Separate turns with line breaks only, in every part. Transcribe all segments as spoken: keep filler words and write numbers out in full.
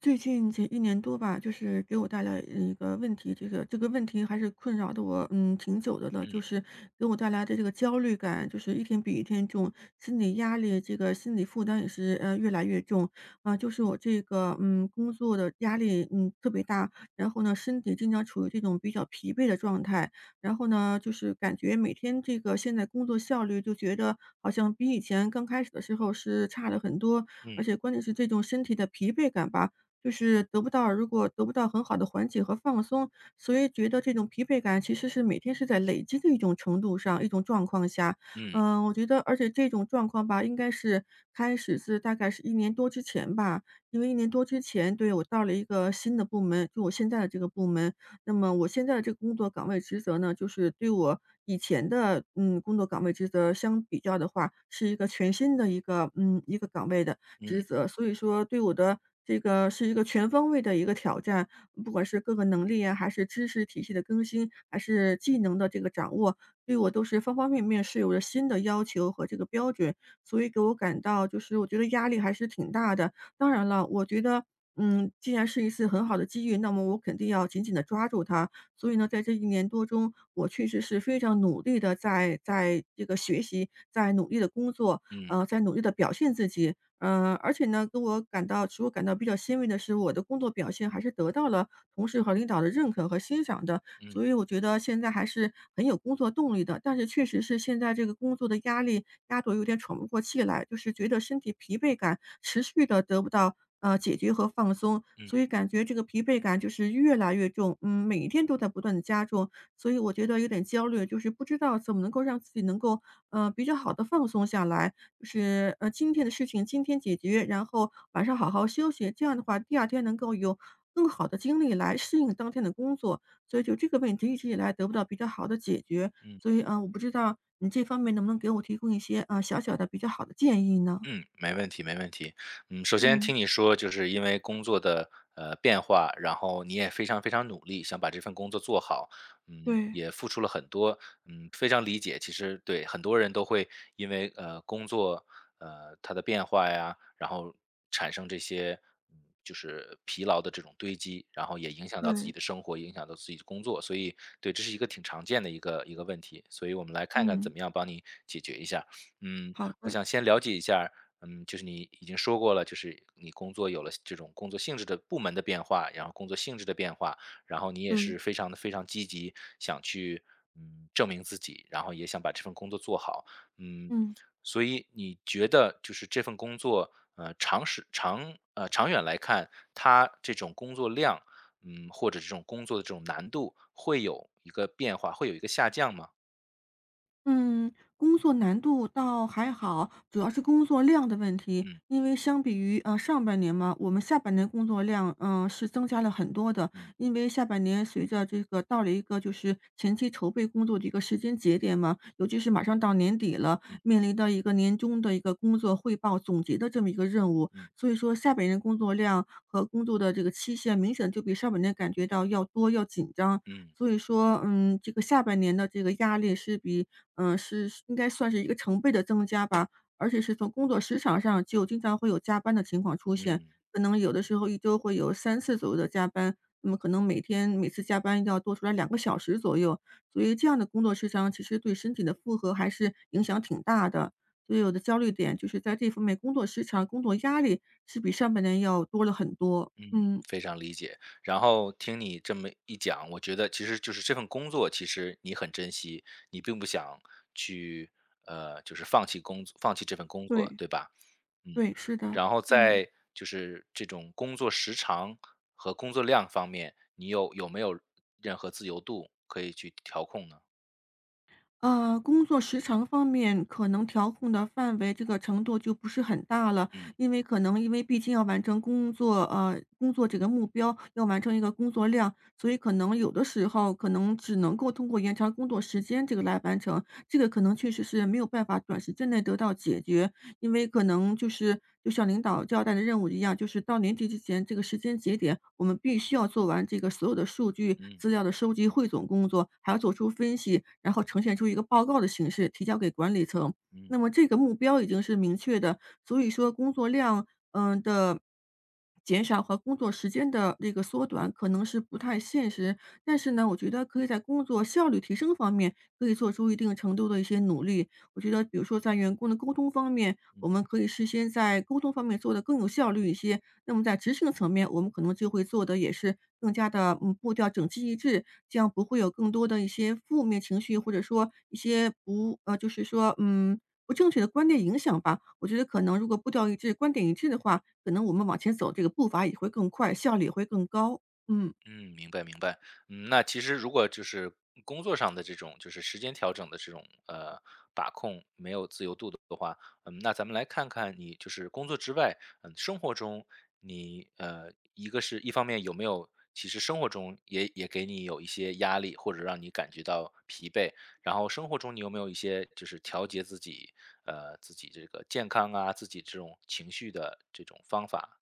最近这一年多吧，就是给我带来一个问题，这个这个问题还是困扰的我，嗯，挺久的了。就
嗯
是给我带来的这个焦虑感，就是一天比一天重，心理压力，这个心理负担也是，呃，越来越重。啊，就是我这个，嗯，工作的压力，嗯，特别大，然后呢，身体经常处于这种比较疲惫的状态。然后呢，就是感觉每天这个现在工作效率就觉得好像比以前刚开始的时候是差了很多，而
嗯
且关键是这种身体的疲惫感吧，就是得不到如果得不到很好的缓解和放松，所以觉得这种疲惫感其实是每天是在累积的一种程度上、一种状况下。
嗯
嗯，我觉得而且这种状况吧，应该是开始是大概是一年多之前吧，因为一年多之前对，我到了一个新的部门，就我现在的这个部门。那么我现在的这个工作岗位职责呢，就是对我以前的，嗯，工作岗位职责相比较的话，是一个全新的一个嗯，一个岗位的。职
嗯
责，所以说对我的这个是一个全方位的一个挑战。不管是各个能力啊，还是知识体系的更新，还是技能的这个掌握，对我都是方方面面是有着新的要求和这个标准，所以给我感到就是我觉得压力还是挺大的。当然了，我觉得，嗯，既然是一次很好的机遇，那么我肯定要紧紧的抓住它。所以呢，在这一年多中，我确实是非常努力的在在这个学习，在努力的工作，
嗯
呃，在努力的表现自己。嗯，呃而且呢，给我感到使我感到比较欣慰的是，我的工作表现还是得到了同事和领导的认可和欣赏的，所以
嗯
我觉得现在还是很有工作动力的。但是确实是现在这个工作的压力压得我有点喘不过气来，就是觉得身体疲惫感持续的得不到，呃，解决和放松，
嗯
所以感觉这个疲惫感就是越来越重，嗯，每一天都在不断的加重，所以我觉得有点焦虑，就是不知道怎么能够让自己能够，呃，比较好的放松下来。就是，呃，今天的事情今天解决，然后晚上好好休息，这样的话第二天能够有更好的精力来适应当天的工作。所以就这个问题一直以来得不到比较好的解决，
嗯。
所以啊，呃，我不知道你这方面能不能给我提供一些，啊呃小小的比较好的建议呢？
嗯，没问题，没问题。嗯，首先
嗯，
听你说，就是因为工作的呃变化，然后你也非常非常努力，想把这份工作做好，嗯，
对，
也付出了很多，嗯，非常理解。其实对很多人都会因为呃工作呃它的变化呀，然后产生这些嗯就是疲劳的这种堆积，然后也影响到自己
对，
的生活，影响到自己的工作，所以对，这是一个挺常见的一个一个问题。所以我们来看看怎
嗯，
么样帮你解决一下。嗯，
好
我
的，
想先了解一下，嗯，就是你已经说过了，就是你工作有了这种工作性质的部门的变化，然后工作性质的变化，然后你也
对，
是非常的非常积极，想去嗯证明自己，然后也想把这份工作做好，嗯，
嗯。
所以你觉得就是这份工作，呃，长时长呃长远来看，它这种工作量，嗯，或者这种工作的这种难度会有一个变化，会有一个下降吗？
嗯，工作难度倒还好，主要是工作量的问题。
嗯
因为相比于呃上半年嘛，我们下半年工作量嗯、呃是增加了很多的。
嗯
因为下半年随着这个到了一个就是前期筹备工作的一个时间节点嘛，尤其是马上到年底了，
嗯
面临到一个年终的一个工作汇报总结的这么一个任务，
嗯
所以说下半年工作量和工作的这个期限明显就比上半年感觉到要多要紧张，
嗯
所以说，嗯，这个下半年的这个压力是比嗯，是应该算是一个成倍的增加吧，而且是从工作时长上就经常会有加班的情况出现，
嗯。
可能有的时候一周会有三次左右的加班，那么可能每天每次加班要多出来两个小时左右，所以这样的工作时长其实对身体的负荷还是影响挺大的。所以我的焦虑点就是在这方面，工作时长、工作压力是比上半年要多了很多。
嗯，
嗯，
非常理解。然后听你这么一讲，我觉得其实就是这份工作，其实你很珍惜，你并不想去呃，就是放弃工作，放弃这份工作，
对，
对吧？嗯，
对，是的，
然后
嗯。
在就是这种工作时长和工作量方面，你有有没有任何自由度可以去调控呢？
呃，工作时长方面可能调控的范围这个程度就不是很大了，
嗯
因为可能因为毕竟要完成工作，呃，工作这个目标，要完成一个工作量，所以可能有的时候可能只能够通过延长工作时间这个来完成，这个可能确实是没有办法短时间内得到解决。因为可能就是就像领导交代的任务一样，就是到年底之前这个时间节点，我们必须要做完这个所有的数据
嗯
资料的收集、汇总工作，还要做出分析，然后呈现出一个报告的形式提交给管理层。
嗯。
那么这个目标已经是明确的，所以说工作量，嗯的减少和工作时间的这个缩短可能是不太现实，但是呢，我觉得可以在工作效率提升方面可以做出一定程度的一些努力。我觉得比如说在员工的沟通方面，我们可以事先在沟通方面做得更有效率一些。那么在执行的层面，我们可能就会做的也是更加的嗯，步调整齐一致，这样不会有更多的一些负面情绪，或者说一些不呃，就是说，嗯，不正确的观点影响吧。我觉得可能如果步调一致、观点一致的话，可能我们往前走这个步伐也会更快，效率也会更高。嗯。
嗯，明白明白。嗯，那其实如果就是工作上的这种，就是时间调整的这种呃把控没有自由度的话，嗯，那咱们来看看你就是工作之外，嗯，生活中你呃一个是一方面有没有其实生活中也也给你有一些压力，或者让你感觉到疲惫，然后生活中你有没有一些就是调节自己呃自己这个健康啊，自己这种情绪的这种方法？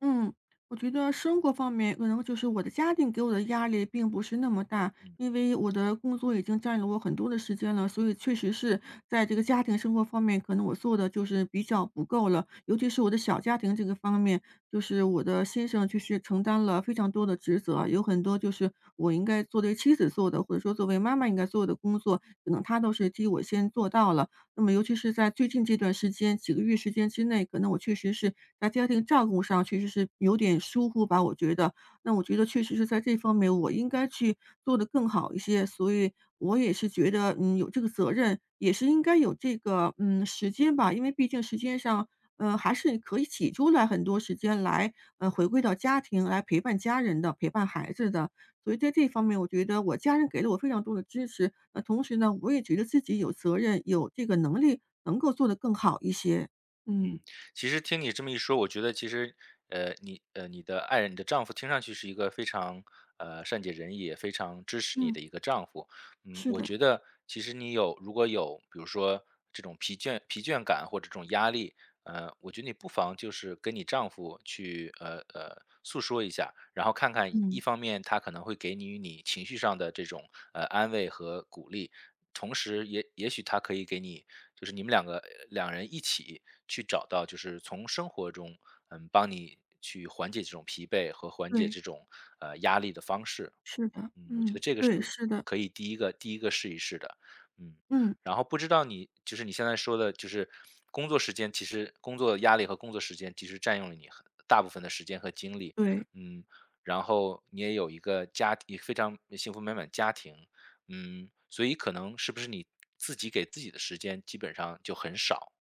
嗯，我觉得生活方面可能就是我的家庭给我的压力并不是那么大，
嗯
因为我的工作已经占了我很多的时间了，所以确实是在这个家庭生活方面，可能我做的就是比较不够了。尤其是我的小家庭这个方面，就是我的先生就是承担了非常多的职责，有很多就是我应该作为妻子做的，或者说作为妈妈应该做的工作，可能他都是替我先做到了。那么尤其是在最近这段时间，几个月时间之内，可能我确实是在家庭照顾上确实是有点疏忽吧，我觉得。那我觉得确实是在这方面我应该去做得更好一些，所以我也是觉得，嗯，有这个责任，也是应该有这个，嗯，时间吧，因为毕竟时间上，呃，还是可以挤出来很多时间来，呃，回归到家庭，来陪伴家人的，陪伴孩子的。所以在这方面，我觉得我家人给了我非常多的支持，那同时呢，我也觉得自己有责任、有这个能力，能够做得更好一些。嗯，
嗯，其实听你这么一说，我觉得其实，呃，你呃，你的爱人，你的丈夫，听上去是一个非常呃善解人意，也非常支持你
嗯，
的一个丈夫。嗯，
是
我
的，
觉得其实你有如果有，比如说这种疲倦疲倦感或者这种压力，呃，我觉得你不妨就是跟你丈夫去呃呃诉说一下，然后看看一
嗯，
方面他可能会给你你情绪上的这种呃安慰和鼓励，同时也也许他可以给你，就是你们两个两人一起去找到，就是从生活中，嗯，帮你去缓解这种疲惫和缓解
对，
这种呃压力的方式。
是的，
嗯，我觉
嗯。
得这个是
对，是的，
可以第一个第一个试一试的。嗯，
嗯，
然后不知道你就是你现在说的，就是工作时间，其实工作压力和工作时间其实占用了你很大部分的时间和精力。
对。
嗯，然后你也有一个家，也非常幸福美满家庭，嗯，所以可能是不是你自己给自己的时间基本上就很少？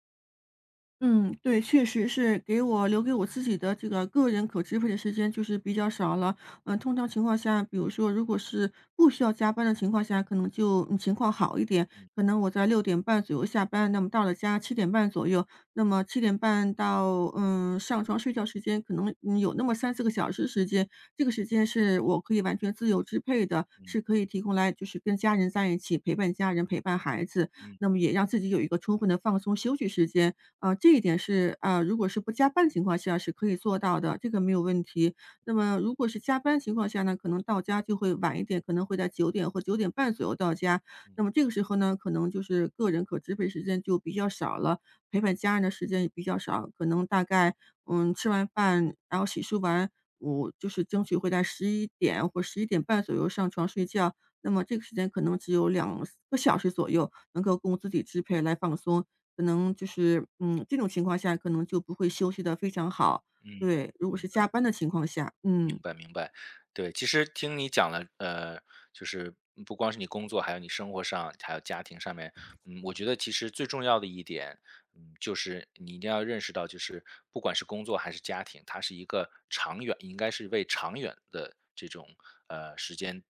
嗯，对，确实是给我留给我自己的这个个人可支配的时间就是比较少了。嗯，通常情况下，比如说如果是不需要加班的情况下，可能就嗯情况好一点，可能我在六点半左右下班，那么到了家七点半左右，那么七点半到嗯上床睡觉时间，可能嗯有那么三四个小时时间，这个时间是我可以完全自由支配的，
嗯
是可以提供来就是跟家人在一起陪伴家人、陪伴孩子，
嗯
那么也让自己有一个充分的放松休息时间。啊，这一点是啊，如果是不加班情况下是可以做到的，这个没有问题。那么如果是加班情况下呢，可能到家就会晚一点，可能会在九点或九点半左右到家。
嗯
那么这个时候呢，可能就是个人可支配时间就比较少了，陪伴家人的时间也比较少，可能大概，嗯，吃完饭，然后洗漱完，我就是争取会在十一点或十一点半左右上床睡觉。那么这个时间可能只有两个小时左右能够供自己支配来放松。可能就是，嗯，这种情况下可能就不会休息的非常好。
嗯，
对，如果
明
是加
白
班的情况下，嗯。
明白明白。对，其实听你讲了，呃，就是不光是你工作，还有你生活上，还有家庭上面，嗯，我觉得其实最重要的一点，嗯，就是你一定要认识到，就是不管是工作还是家庭，它是一个长远，应该是为长远的这种呃时间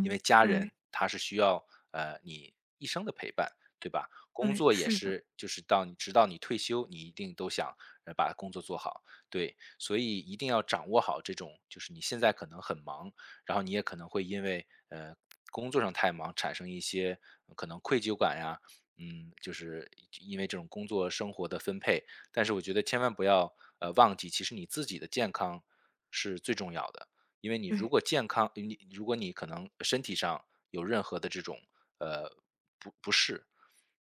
因为家
对，
人他是需要呃你一生的陪伴，对吧？工
对，
作也
是的，
是，就是到你直到你退休，你一定都想呃把工作做好，对，所以一定要掌握好这种，就是你现在可能很忙，然后你也可能会因为呃工作上太忙产生一些呃可能愧疚感呀，嗯，就是因为这种工作生活的分配，但是我觉得千万不要呃忘记，其实你自己的健康是最重要的。因为你如
对，
果健康，你如果你可能身体上有任何的这种，呃，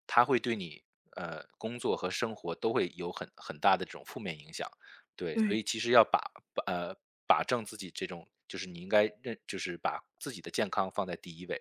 它会对你呃工作和生活都会有很很大的这种负面影响。对，所以
对，
其实要把把呃把正自己这种，就是你应该认，就是把自己的健康放在第一位，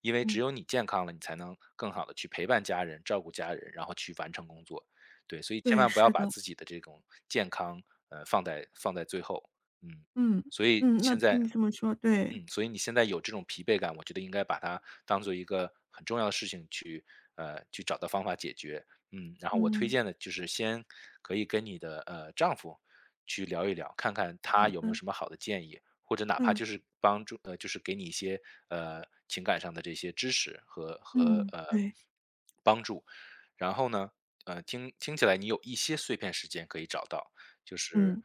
因为只
嗯，
有你健康了，你才能更好的去陪伴家人、照顾家人，然后去完成工作。对，所以千
对，
万不要
是的，
把自己的这种健康呃放在放在最后。嗯。
嗯，
所以
嗯，那
现在
听你这么说，对，
嗯，所以你现在有这种疲惫感，我觉得应该把它当做一个很重要的事情去，呃，去找到方法解决。嗯，然后我推
嗯，
荐的就是先可以跟你的呃丈夫去聊一聊，看看他
好
有没有
的，
什么好的建议，或者哪怕
嗯，
就是帮助呃，就是给你一些呃情感上的这些支持和和
嗯，
呃
对，
帮助。然后呢，呃，听听起来你有一些碎片时间可以找到，就是
嗯，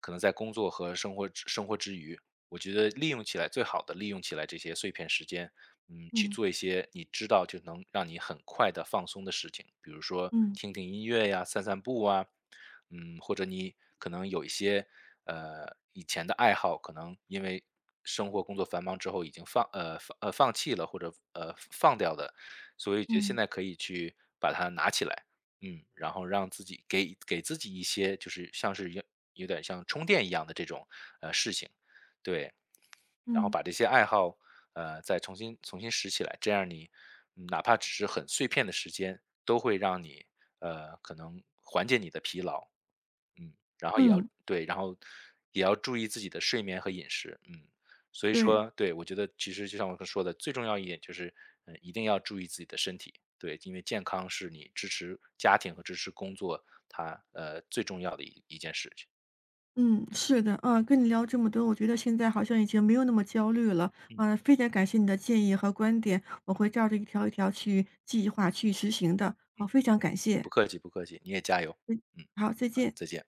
可能在工作和生活之生活之余，我觉得利用起来最好的利用起来这些碎片时间，嗯，去
嗯，
做一些你知道就能让你很快的放松的事情，比如说
嗯，
听听音乐呀、散散步啊，嗯，或者你可能有一些呃以前的爱好，可能因为生活工作繁忙之后已经放呃放呃放弃了或者呃放掉的，所以觉得现
嗯，
在可以去把它拿起来。嗯，然后让自己给给自己一些就是像是有有点像充电一样的这种，呃，事情，对。然后
嗯，
把这些爱好，呃，再重新重新拾起来，这样你，嗯哪怕只是很碎片的时间，都会让你，呃，可能缓解你的疲劳。嗯，然后也要
嗯，
对，然后也要注意自己的睡眠和饮食，嗯。所以
对。
说，对，我觉得其实就像我刚说的，最重要一点就是，嗯，一定要注意自己的身体，对，因为健康是你支持家庭和支持工作，它呃最重要的一一件事情。
嗯，是的，啊，跟你聊这么多，我觉得现在好像已经没有那么焦虑了，
嗯
啊，非常感谢你的建议和观点，我会照着一条一条去计划去实行的，好，
嗯，
非常感谢，
不客气不客气，你也加油，嗯，
好，再
啊，
见。
再见。